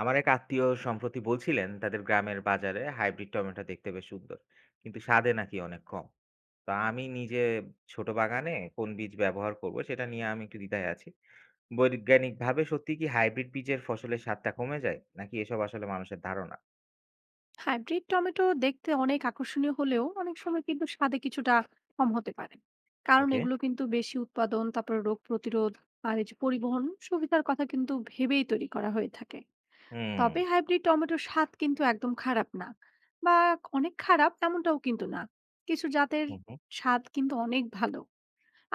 আমার এক আত্মীয় সম্প্রতি বলছিলেন তাদের গ্রামের বাজারে হাইব্রিড টমেটো দেখতে বেশ সুন্দর, কিন্তু স্বাদে নাকি অনেক কম। তা আমি নিজে ছোট বাগানে কোন বীজ ব্যবহার করব সেটা নিয়ে আমি একটু দ্বিধায় আছি। বৈজ্ঞানিক ভাবে সত্যি কি হাইব্রিড বীজের ফসলের স্বাদটা কমে যায়, নাকি এসব আসলে মানুষের ধারণা? হাইব্রিড টমেটো দেখতে অনেক আকর্ষণীয় হলেও অনেক সময় কিন্তু স্বাদে কিছুটা কম হতে পারে। কারণ ওকে। এগুলো কিন্তু বেশি উৎপাদন, তারপর রোগ প্রতিরোধ আর এই যে পরিবহন সুবিধার কথা কিন্তু ভেবেই তৈরি করা হয়ে থাকে। হুম তবে হাইব্রিড টমেটোর স্বাদ কিন্তু একদম খারাপ না বা অনেক খারাপ এমনটাও কিন্তু না। কিছু জাতের হুম হুম, স্বাদ কিন্তু অনেক ভালো।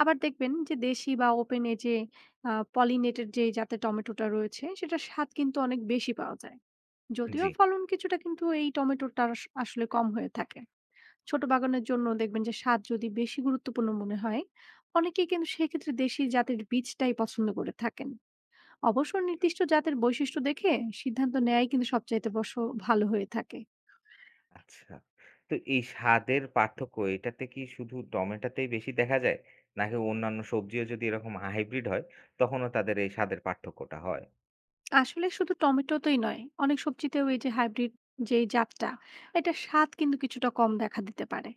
আবার দেখবেন যে দেশি বা ওপেনে যে পলিনেটেড যে জাতের টমেটোটা রয়েছে, সেটার স্বাদ কিন্তু অনেক বেশি পাওয়া যায়। জি। যদিও ফলন কিছুটা কিন্তু এই টমেটোর তার আসলে কম হয়ে থাকে। ছোট বাগানের জন্য দেখবেন যে স্বাদ যদি বেশি গুরুত্বপূর্ণ মনে হয়, অনেকেই কিন্তু সেক্ষেত্রে দেশি জাতের বীজটাই পছন্দ করে থাকেন। অবশ্য নির্দিষ্ট জাতের বৈশিষ্ট্য দেখে সিদ্ধান্ত নেয়াই কিন্তু সবচাইতে বড় ভালো হয়ে থাকে। আচ্ছা, তো এই স্বাদের পার্থক্য এটাতে কি শুধু টমেটোতেই বেশি দেখা যায়, নাকি অন্যান্য সবজিও যদি এরকম হাইব্রিড হয়, তখনও তাদের এই স্বাদের পার্থক্যটা হয়? আসলে শুধু টমেটোতেই নয়, অনেক সবজিতেও এই যে হাইব্রিড যে জাতটা, এটা স্বাদ কিন্তু কিছুটা কম দেখা দিতে পারে।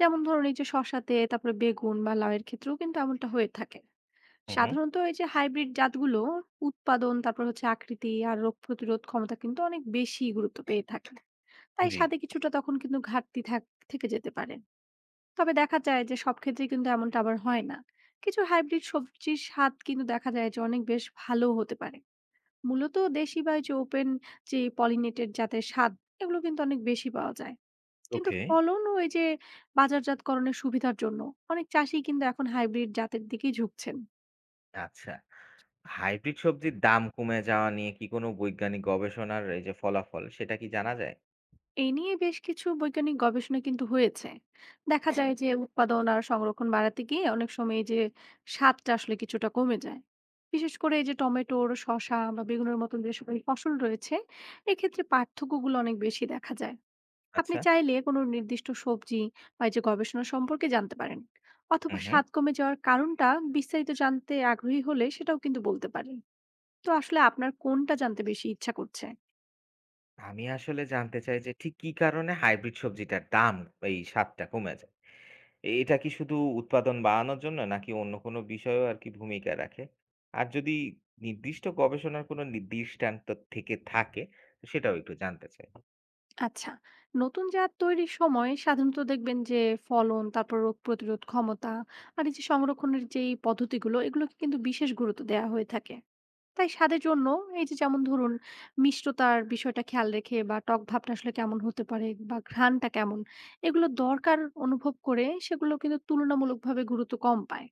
যেমন ধরুন এই যে শশাতে, তারপরে বেগুন বা লাউয়ের ক্ষেত্রেও কিন্তু এমনটা হয়ে থাকে। সাধারণত এই যে হাইব্রিড জাতগুলো উৎপাদন, তারপর হচ্ছে আকৃতি আর রোগ প্রতিরোধ ক্ষমতা কিন্তু অনেক বেশি গুরুত্ব পেয়ে থাকে। তাই জি, স্বাদে কিছুটা তখন কিন্তু ঘাটতি থেকে যেতে পারে। তবে দেখা যায় যে সব ক্ষেত্রে কিন্তু এমনটা আবার হয় না। কিছু হাইব্রিড সবজির স্বাদ কিন্তু দেখা যায় যে অনেক বেশ ভালো হতে পারে। মূলত দেশি বা এই যে ওপেন যে পলিনেটেড জাতের স্বাদ এগুলো কিন্তু অনেক বেশি পাওয়া যায়। কিন্তু ওকে। ফলন ও এই যে বাজারজাতকরণের সুবিধার জন্য অনেক চাষি কিন্তু এখন হাইব্রিড জাতের দিকেই ঝুঁকছেন। আচ্ছা। হাইব্রিড সবজির দাম কমে যাওয়া নিয়ে কি কোনো বৈজ্ঞানিক গবেষণার এই যে ফলাফল, সেটা কি জানা যায়? এই নিয়ে বেশ কিছু বৈজ্ঞানিক গবেষণা কিন্তু হয়েছে। দেখা হ্যাঁ যায় যে উৎপাদন আর সংরক্ষণ বাড়াতে গিয়ে অনেক সময় এই যে স্বাদটা আসলে কিছুটা কমে যায়। বিশেষ করে এই যে টমেটোর, শসা বা বেগুনের মতন যে সকল ফসল রয়েছে, এক্ষেত্রে পার্থক্যগুলো অনেক বেশি দেখা যায়। আপনি আচ্ছা। চাইলে কোনো নির্দিষ্ট সবজি বা এই যে গবেষণা সম্পর্কে জানতে পারেন, অথবা হুম, হুম। স্বাদ কমে যাওয়ার কারণটা বিস্তারিত জানতে আগ্রহী হলে সেটাও কিন্তু বলতে পারেন। তো আসলে আপনার কোনটা জানতে বেশি ইচ্ছা করছে? আমি আসলে জানতে চাই যে ঠিক কি কারণে হাইব্রিড সবজিটার দাম, এই স্বাদটা কমে যায়? এটা কি শুধু উৎপাদন বাড়ানোর জন্য, নাকি অন্য কোনো বিষয়েও আরকি ভূমিকা রাখে? আর যদি নির্দিষ্ট গবেষণার কোনো দৃষ্টান্ত থেকে থাকে, তো সেটাও একটু জানতে চাই। আচ্ছা, নতুন জাত তৈরির সময় সাধারণত দেখবেন যে ফলন, তারপর রোগ প্রতিরোধ ক্ষমতা আর এই যে সংরক্ষণের যেই পদ্ধতিগুলো এগুলোকে কিন্তু বিশেষ গুরুত্ব দেওয়া হয়ে থাকে। তাই স্বাদের জন্য এই যে যেমন ধরুন মিষ্টতার বিষয়টা খেয়াল রেখে বা টক ভাবটা আসলে কেমন হতে পারে বা ঘ্রাণটা কেমন, এগুলো দরকার অনুভব করে সেগুলো কিন্তু তুলনামূলকভাবে গুরুত্ব কম পায়।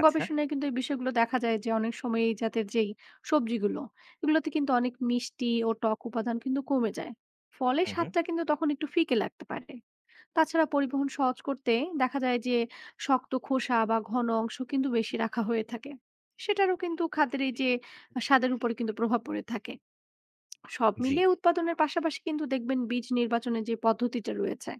আচ্ছা। গবেষণায় কিন্তু এই বিষয়গুলো দেখা যায় যে অনেক সময় এই জাতের যেই সবজিগুলো এগুলোতে কিন্তু অনেক মিষ্টি ও টক উপাদান কিন্তু কমে যায়। ফলে হুম, হুম। স্বাদটা কিন্তু তখন একটু ফিকে লাগতে পারে। তাছাড়া পরিবহন সহজ করতে দেখা যায় যে শক্ত খোসা বা ঘন অংশ কিন্তু বেশি রাখা হয়ে থাকে। সেটারও কিন্তু খাদ্যের এই যে স্বাদের উপরে কিন্তু প্রভাব পড়ে থাকে। সব জি। মিলিয়ে উৎপাদনের পাশাপাশি কিন্তু দেখবেন বীজ নির্বাচনের যে পদ্ধতিটা রয়েছে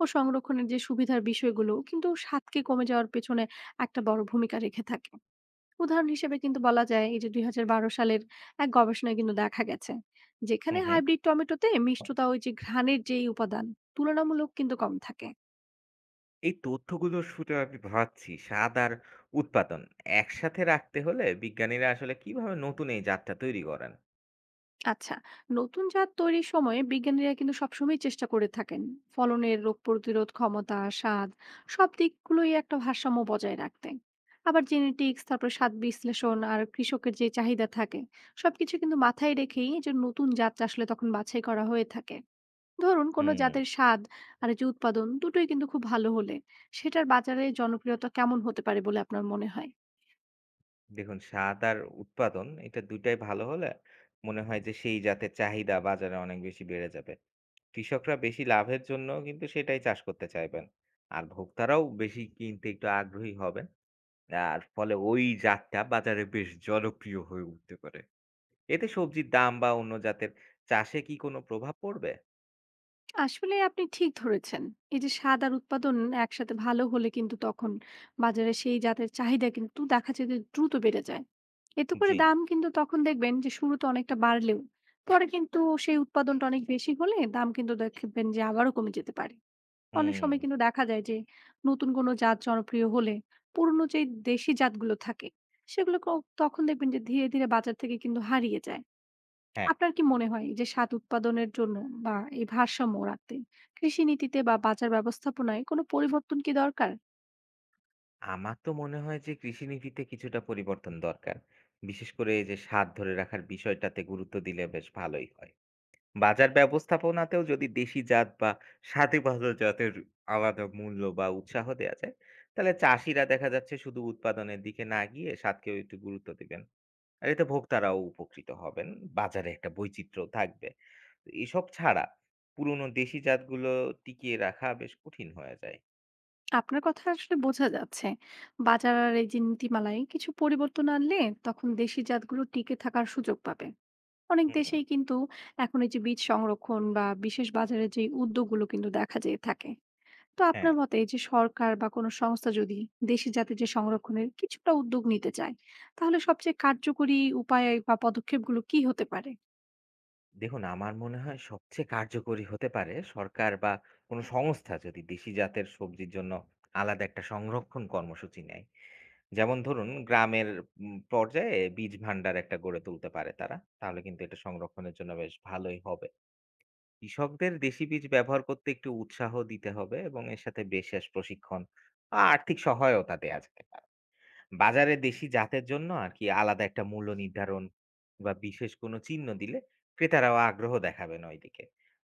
ও সংরক্ষণের যে সুবিধার বিষয়গুলো কিন্তু স্বাদকে কমে যাওয়ার পেছনে একটা বড় ভূমিকা রেখে থাকে। উদাহরণ হিসেবে কিন্তু বলা যায় এই যে ২০১২ সালের এক গবেষণায় কিন্তু দেখা গেছে, হুম, যেখানে হুম। হাইব্রিড টমেটোতে মিষ্টতা, ওই যে ঘ্রাণের যেই উপাদান তুলনামূলক কিন্তু কম থাকে। এই তথ্যগুলোর শুনে আমি ভাবছি স্বাদ আর উৎপাদন একসাথে রাখতে হলে বিজ্ঞানীরা আসলে কিভাবে নতুন এই জাতটা তৈরি করেন। আচ্ছা, নতুন জাত তৈরির সময়ে বিজ্ঞানীরা কিন্তু সবসময় চেষ্টা করে থাকেন ফলনের, রোগ প্রতিরোধ ক্ষমতা, স্বাদ, সব দিকগুলোই একটা ভারসাম্য বজায় রাখতে। আবার জেনেটিক্স, তারপরে স্বাদ বিশ্লেষণ আর কৃষকের যে চাহিদা থাকে সবকিছু কিন্তু মাথায় রেখেই এই যে নতুন জাত আসলে তখন বাছাই করা হয়ে থাকে। ধরুন কোনো হুম। জাতের স্বাদ আর এই যে উৎপাদন দুটোই কিন্তু খুব ভালো হলে সেটার বাজারে জনপ্রিয়তা কেমন হতে পারে বলে আপনার মনে হয়? দেখুন, স্বাদ আর উৎপাদন এটা দুটাই ভালো হলে মনে হয় যে সেই জাতের চাহিদা বাজারে অনেক বেশি বেড়ে যাবে। কৃষকরা বেশি লাভের জন্য কিন্তু সেটাই চাষ করতে চাইবেন, আর ভোক্তারাও বেশি কিনতে একটু আগ্রহী হবেন। আর ফলে ওই জাতটা বাজারে বেশ জনপ্রিয় হয়ে উঠতে পারে। এতে সবজির দাম বা অন্য জাতের চাষে কি কোনো প্রভাব পড়বে? আসলে আপনি ঠিক ধরেছেন। এই যে স্বাদ আর উৎপাদন একসাথে ভালো হলে কিন্তু তখন বাজারে সেই জাতের চাহিদা কিন্তু দেখা যায় যে দ্রুত বেড়ে যায়। এতে করে জি। দাম কিন্তু তখন দেখবেন যে শুরুতে অনেকটা বাড়লেও পরে কিন্তু সেই উৎপাদনটা অনেক বেশি হলে দাম কিন্তু দেখবেন যে আবারও কমে যেতে পারে। অনেক হুম, সময় কিন্তু দেখা যায় যে নতুন কোনো জাত জনপ্রিয় হলে পুরনো যে দেশি জাতগুলো থাকে সেগুলো তখন দেখবেন যে ধীরে ধীরে বাজার থেকে কিন্তু হারিয়ে যায়। হ্যাঁ। আপনার কি মনে হয় যে স্বাদ উৎপাদনের জন্য বা এই ভারসাম্য রাখতে কৃষি নীতিতে বা বাজার ব্যবস্থাপনায় কোনো পরিবর্তন কি দরকার? আমার তো মনে হয় যে কৃষিনীতিতে কিছুটা পরিবর্তন দরকার। বিশেষ করে এই যে স্বাদ ধরে রাখার বিষয়টাতে গুরুত্ব দিলে বেশ ভালোই হয়। বাজার ব্যবস্থাপনাতেও যদি দেশি জাত বা স্বাদে ভালো জাতের আলাদা মূল্য বা উৎসাহ দেয়া যায়, তাহলে চাষিরা দেখা যাচ্ছে শুধু উৎপাদনের দিকে না গিয়ে স্বাদকেও একটু গুরুত্ব দিবেন। আর এতে ভোক্তারাও উপকৃত হবেন। বাজারে একটা বৈচিত্র্য থাকবে। তো এসব ছাড়া পুরনো দেশি জাতগুলো টিকিয়ে রাখা বেশ কঠিন হয়ে যায়। আপনার কথা আসলে বোঝা যাচ্ছে, বাজার আর এই যে নীতিমালায় কিছু পরিবর্তন আনলে তখন দেশি জাতগুলো টিকে থাকার সুযোগ পাবে। অনেক হুম, দেশেই কিন্তু এখন এই যে বীজ সংরক্ষণ বা বিশেষ বাজারে যে উদ্যোগগুলো কিন্তু দেখা যেয়ে থাকে। তো হ্যাঁ। আপনার মতে এই যে সরকার বা কোনো সংস্থা যদি দেশি জাতির যে সংরক্ষণের কিছুটা উদ্যোগ নিতে চায়, তাহলে সবচেয়ে কার্যকরী উপায় বা পদক্ষেপগুলো কি হতে পারে? দেখুন, আমার মনে হয় সবচেয়ে কার্যকরী হতে পারে সরকার বা কোনো সংস্থা যদি দেশি জাতের সবজির জন্য আলাদা একটা সংরক্ষণ কর্মসূচি নেয়। যেমন ধরুন গ্রামের পর্যায়ে বীজ ভান্ডার একটা গড়ে তুলতে পারে তারা। তাহলে কিন্তু এটা সংরক্ষণের জন্য বেশ ভালোই হবে। কৃষকদের দেশি বীজ ব্যবহার করতে একটু উৎসাহ দিতে হবে, এবং এর সাথে বিশেষ প্রশিক্ষণ আর আর্থিক সহায়তা দেয়া যেতে পারে। বাজারে দেশি জাতের জন্য আর কি আলাদা একটা মূল্য নির্ধারণ বা বিশেষ কোনো চিহ্ন দিলে ক্রেতারাও আগ্রহ দেখাবেন ওইদিকে।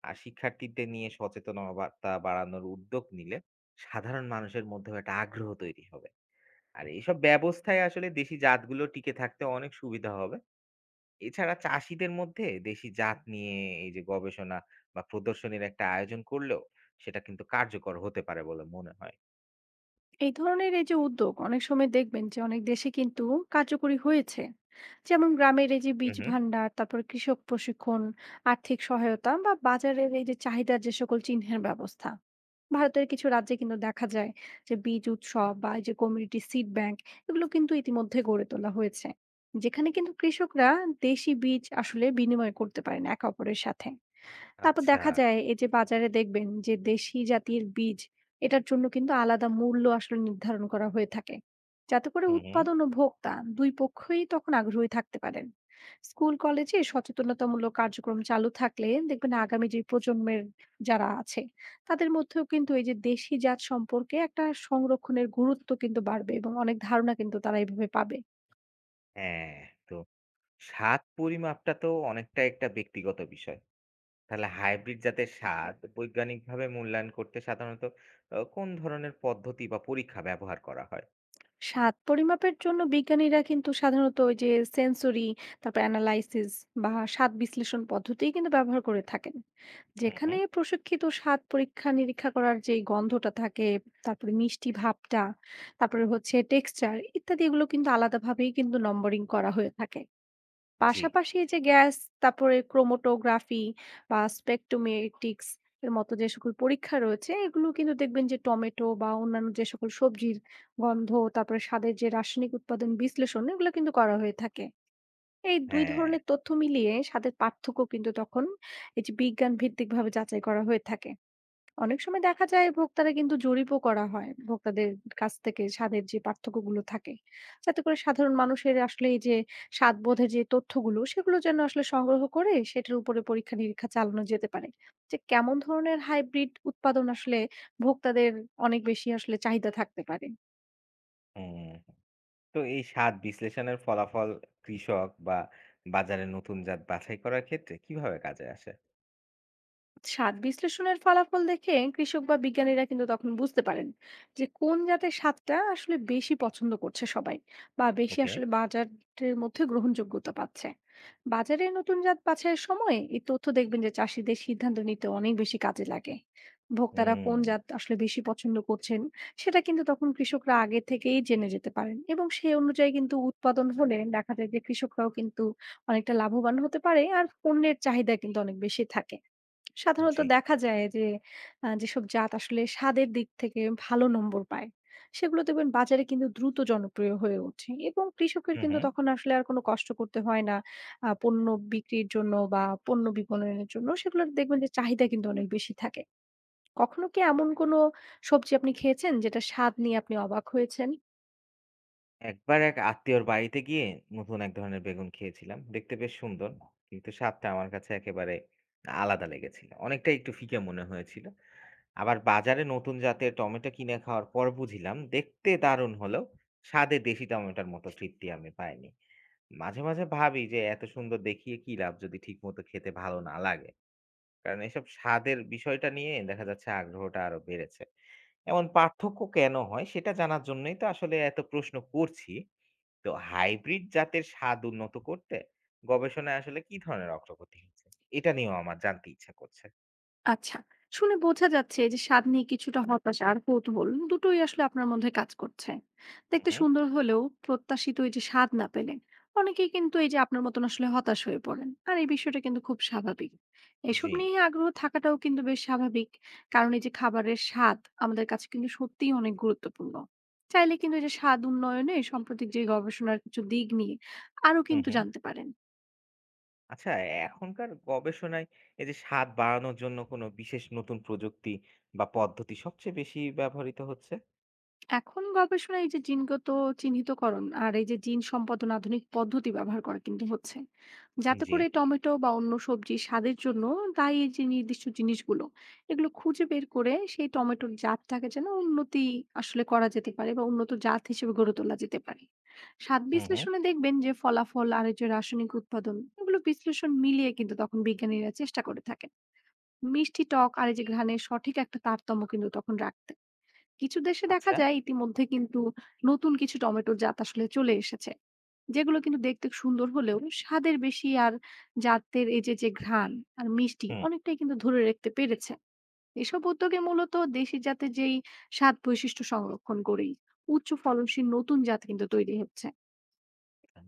আর শিক্ষার্থীদের নিয়ে সচেতনতা বাড়ানোর উদ্যোগ নিলে সাধারণ মানুষের মধ্যেও একটা আগ্রহ তৈরি হবে। আর এইসব ব্যবস্থায় আসলে দেশি জাতগুলো টিকে থাকতে অনেক সুবিধা হবে। এছাড়া চাষিদের মধ্যে দেশি জাত নিয়ে এই যে গবেষণা বা প্রদর্শনীর একটা আয়োজন করলেও সেটা কিন্তু কার্যকর হতে পারে বলে মনে হয়। এই ধরনের এই যে উদ্যোগ অনেক সময় দেখবেন যে অনেক দেশে কিন্তু কার্যকরী হয়েছে। যেমন গ্রামের এই যে হুম বীজ হুম। ভান্ডার, তারপর কৃষক প্রশিক্ষণ, আর্থিক সহায়তা বা বাজারের এই যে চাহিদার যে সকল চিহ্নের ব্যবস্থা। ভারতের কিছু রাজ্যে কিন্তু দেখা যায় যে বীজ উৎসব বা এই যে কমিউনিটি সিড ব্যাংক, এগুলো কিন্তু ইতিমধ্যে গড়ে তোলা হয়েছে, যেখানে কিন্তু কৃষকরা দেশি বীজ আসলে বিনিময় করতে পারেন একে অপরের সাথে। তারপর আচ্ছা। দেখা যায় এই যে বাজারে দেখবেন যে দেশি জাতির বীজ, এটার জন্য কিন্তু আলাদা মূল্য আসলে নির্ধারণ করা হয়ে থাকে, যাতে করে হুম হুম। উৎপাদন ও ভোক্তা দুই পক্ষই তখন আগ্রহী থাকতে পারেন। স্কুল কলেজে সচেতনতামূলক কার্যক্রম চালু থাকলে দেখবেন আগামী যে প্রজন্মের যারা আছে তাদের মধ্যেও কিন্তু এই যে দেশি জাত সম্পর্কে একটা সংরক্ষণের গুরুত্ব কিন্তু বাড়বে এবং অনেক ধারণা কিন্তু তারা এইভাবে পাবে। হ্যাঁ। তো স্বাদ পরিমাপটা তো অনেকটা একটা ব্যক্তিগত বিষয়। তাহলে হাইব্রিড জাতের স্বাদ বৈজ্ঞানিকভাবে মূল্যায়ন করতে সাধারণত কোন ধরনের পদ্ধতি বা পরীক্ষা ব্যবহার করা হয়? স্বাদ পরিমাপের জন্য বিজ্ঞানীরা কিন্তু সাধারণত ওই যে সেন্সরি, তারপর অ্যানালাইসিস বা স্বাদ বিশ্লেষণ পদ্ধতি কিন্তু ব্যবহার করে থাকেন, হুম, হুম। যেখানে প্রশিক্ষিত স্বাদ পরীক্ষা নিরীক্ষা করার যে গন্ধটা থাকে, তারপরে মিষ্টি ভাবটা, তারপরে হচ্ছে টেক্সচার ইত্যাদি, এগুলো কিন্তু আলাদাভাবেই কিন্তু নম্বরিং করা হয়ে থাকে। জি, পাশাপাশি এই যে গ্যাস, তারপরে ক্রোমোটোগ্রাফি বা স্পেকট্রোমেটিক্স এর মতো যে সকল পরীক্ষা রয়েছে, এগুলো কিন্তু দেখবেন যে টমেটো বা অন্যান্য যে সকল সবজির গন্ধ, তারপরে স্বাদের যে রাসায়নিক উৎপাদন বিশ্লেষণ, এগুলো কিন্তু করা হয়ে থাকে। এই ২ হ্যাঁ, ধরনের তথ্য মিলিয়ে স্বাদের পার্থক্য কিন্তু তখন এই যে বিজ্ঞান ভিত্তিকভাবে যাচাই করা হয়ে থাকে। অনেক সময় দেখা যায় ভোক্তারা কিন্তু জরিপও করা হয় ভোক্তাদের কাছ থেকে স্বাদের যে পার্থক্যগুলো থাকে, যাতে করে সাধারণ মানুষের আসলে এই যে স্বাদ বোধের যে তথ্যগুলো সেগুলো যেন আসলে সংগ্রহ করে সেটার উপরে পরীক্ষা নিরীক্ষা চালানো যেতে পারে, যে কেমন ধরনের হাইব্রিড উৎপাদন আসলে ভোক্তাদের অনেক বেশি আসলে চাহিদা থাকতে পারে। হুম। তো এই স্বাদ বিশ্লেষণের ফলাফল কৃষক বা বাজারে নতুন জাত বাছাই করার ক্ষেত্রে কিভাবে কাজে আসে? স্বাদ বিশ্লেষণের ফলাফল দেখে কৃষক বা বিজ্ঞানীরা কিন্তু তখন বুঝতে পারেন যে কোন জাতের স্বাদটা আসলে বেশি পছন্দ করছে সবাই বা বেশি ওকে। আসলে বাজারের মধ্যে গ্রহণযোগ্যতা পাচ্ছে। বাজারে নতুন জাত বাছাইয়ের সময় এই তথ্য দেখবেন যে চাষিদের সিদ্ধান্ত নিতে অনেক বেশি কাজে লাগে। ভোক্তারা কোন হুম, জাত আসলে বেশি পছন্দ করছেন, সেটা কিন্তু তখন কৃষকরা আগে থেকেই জেনে যেতে পারেন এবং সেই অনুযায়ী কিন্তু উৎপাদন হলে দেখা যায় যে কৃষকরাও কিন্তু অনেকটা লাভবান হতে পারে আর পণ্যের চাহিদা কিন্তু অনেক বেশি থাকে। সাধারণত জি। দেখা যায় যে যেসব জাত আসলে স্বাদের দিক থেকে ভালো নম্বর পায়, সেগুলো দেখবেন বাজারে কিন্তু দ্রুত জনপ্রিয় হয়ে ওঠে এবং কৃষকের হুম, কিন্তু হুম। তখন আসলে আর কোনো কষ্ট করতে হয় না। পণ্য বিক্রির জন্য বা পণ্য বিপণনের জন্য সেগুলোর দেখবেন যে চাহিদা কিন্তু অনেক বেশি থাকে। কখনো কি এমন কোনো সবজি আপনি খেয়েছেন যেটার স্বাদ নিয়ে আপনি অবাক হয়েছেন? একবার এক আত্মীয়র বাড়িতে গিয়ে নতুন এক ধরনের বেগুন খেয়েছিলাম, দেখতে বেশ সুন্দর, কিন্তু স্বাদটা আমার কাছে একেবারে আলাদা লেগেছিল, অনেকটা একটু ফিকে মনে হয়েছিল। আবার বাজারে নতুন জাতের টমেটো কিনে খাওয়ার পর বুঝলাম দেখতে দারুণ হলেও স্বাদে দেশি টমেটোর মতো তৃপ্তি আমি পাইনি। মাঝে মাঝে ভাবি যে এত সুন্দর দেখিয়ে কি লাভ, যদি ঠিক মতো খেতে ভালো না লাগে। কারণ এসব স্বাদের বিষয়টা নিয়ে দেখা যাচ্ছে আগ্রহটা আরো বেড়েছে। এমন পার্থক্য কেন হয় সেটা জানার জন্যই তো আসলে এত প্রশ্ন করছি। তো হাইব্রিড জাতের স্বাদ উন্নত করতে গবেষণায় আসলে কি ধরনের অগ্রগতি হচ্ছে? এটা নিয়েও আমার জানতে ইচ্ছা করছে। আচ্ছা। শুনে বোঝা যাচ্ছে যে স্বাদ নিয়ে কিছুটা হতাশা আর কৌতূহল দুটোই আসলে আপনার মধ্যে কাজ করছে। হুম, দেখতে হুম। সুন্দর হলেও প্রত্যাশিত এই যে স্বাদ না পেলে অনেকেই কিন্তু এই যে আপনার মতন আসলে হতাশ হয়ে পড়েন। আর এই বিষয়টা কিন্তু খুব স্বাভাবিক। এসব জি। নিয়ে আগ্রহ থাকাটাও কিন্তু বেশ স্বাভাবিক। কারণ এই যে খাবারের স্বাদ আমাদের কাছে কিন্তু সত্যিই অনেক গুরুত্বপূর্ণ। চাইলে কিন্তু এই যে স্বাদ উন্নয়নে সাম্প্রতিক যে গবেষণার কিছু দিক নিয়ে আরো হুম, কিন্তু হুম। জানতে পারেন। আচ্ছা, এখনকার গবেষণায় এই যে স্বাদ বাড়ানোর জন্য কোনো বিশেষ নতুন প্রযুক্তি বা পদ্ধতি সবচেয়ে বেশি ব্যবহৃত হচ্ছে? এখন গবেষণা এই যে জিনগত চিহ্নিতকরণ আর এই যে জিন সম্পাদন আধুনিক পদ্ধতি ব্যবহার করা কিন্তু হচ্ছে, যাতে জি। করে টমেটো বা অন্য সবজি স্বাদের জন্য দায়ী যে নির্দিষ্ট জিনিসগুলো এগুলো খুঁজে বের করে সেই টমেটোর জাতটাকে যেন উন্নতি আসলে করা যেতে পারে বা উন্নত জাত হিসেবে গড়ে তোলা যেতে পারে। স্বাদ হুম, হুম। বিশ্লেষণে দেখবেন যে ফলাফল আর এই যে রাসায়নিক উৎপাদন, এগুলো বিশ্লেষণ মিলিয়ে কিন্তু তখন বিজ্ঞানীরা চেষ্টা করে থাকেন মিষ্টি, টক আর এই যে ঘ্রাণের সঠিক একটা তারতম্য কিন্তু তখন রাখতে। কিছু দেশে দেখা আচ্ছা। যায় ইতিমধ্যে কিন্তু নতুন কিছু টমেটোর জাত আসলে চলে এসেছে, যেগুলো কিন্তু দেখতে সুন্দর হলেও স্বাদের বেশি আর জাতের এই যে যে ঘ্রাণ আর মিষ্টি হুম। অনেকটাই কিন্তু ধরে রাখতে পেরেছে। এসব উদ্যোগে মূলত দেশি জাতের যেই স্বাদ বৈশিষ্ট্য সংরক্ষণ করেই উচ্চ ফলনশীল নতুন জাত কিন্তু তৈরি হচ্ছে।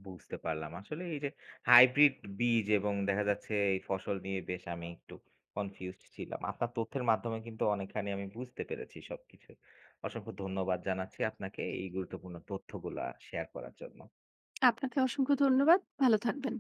বুঝতে পারলাম। আসলে এই যে হাইব্রিড বীজ এবং দেখা যাচ্ছে এই ফসল নিয়ে বেশ আমি একটু কনফিউজড ছিলাম। আপনার তথ্যের মাধ্যমে কিন্তু অনেকখানি আমি বুঝতে পেরেছি সবকিছু। অসংখ্য ধন্যবাদ জানাচ্ছি আপনাকে এই গুরুত্বপূর্ণ তথ্যগুলা শেয়ার করার জন্য। আপনাকে অসংখ্য ধন্যবাদ। ভালো থাকবেন।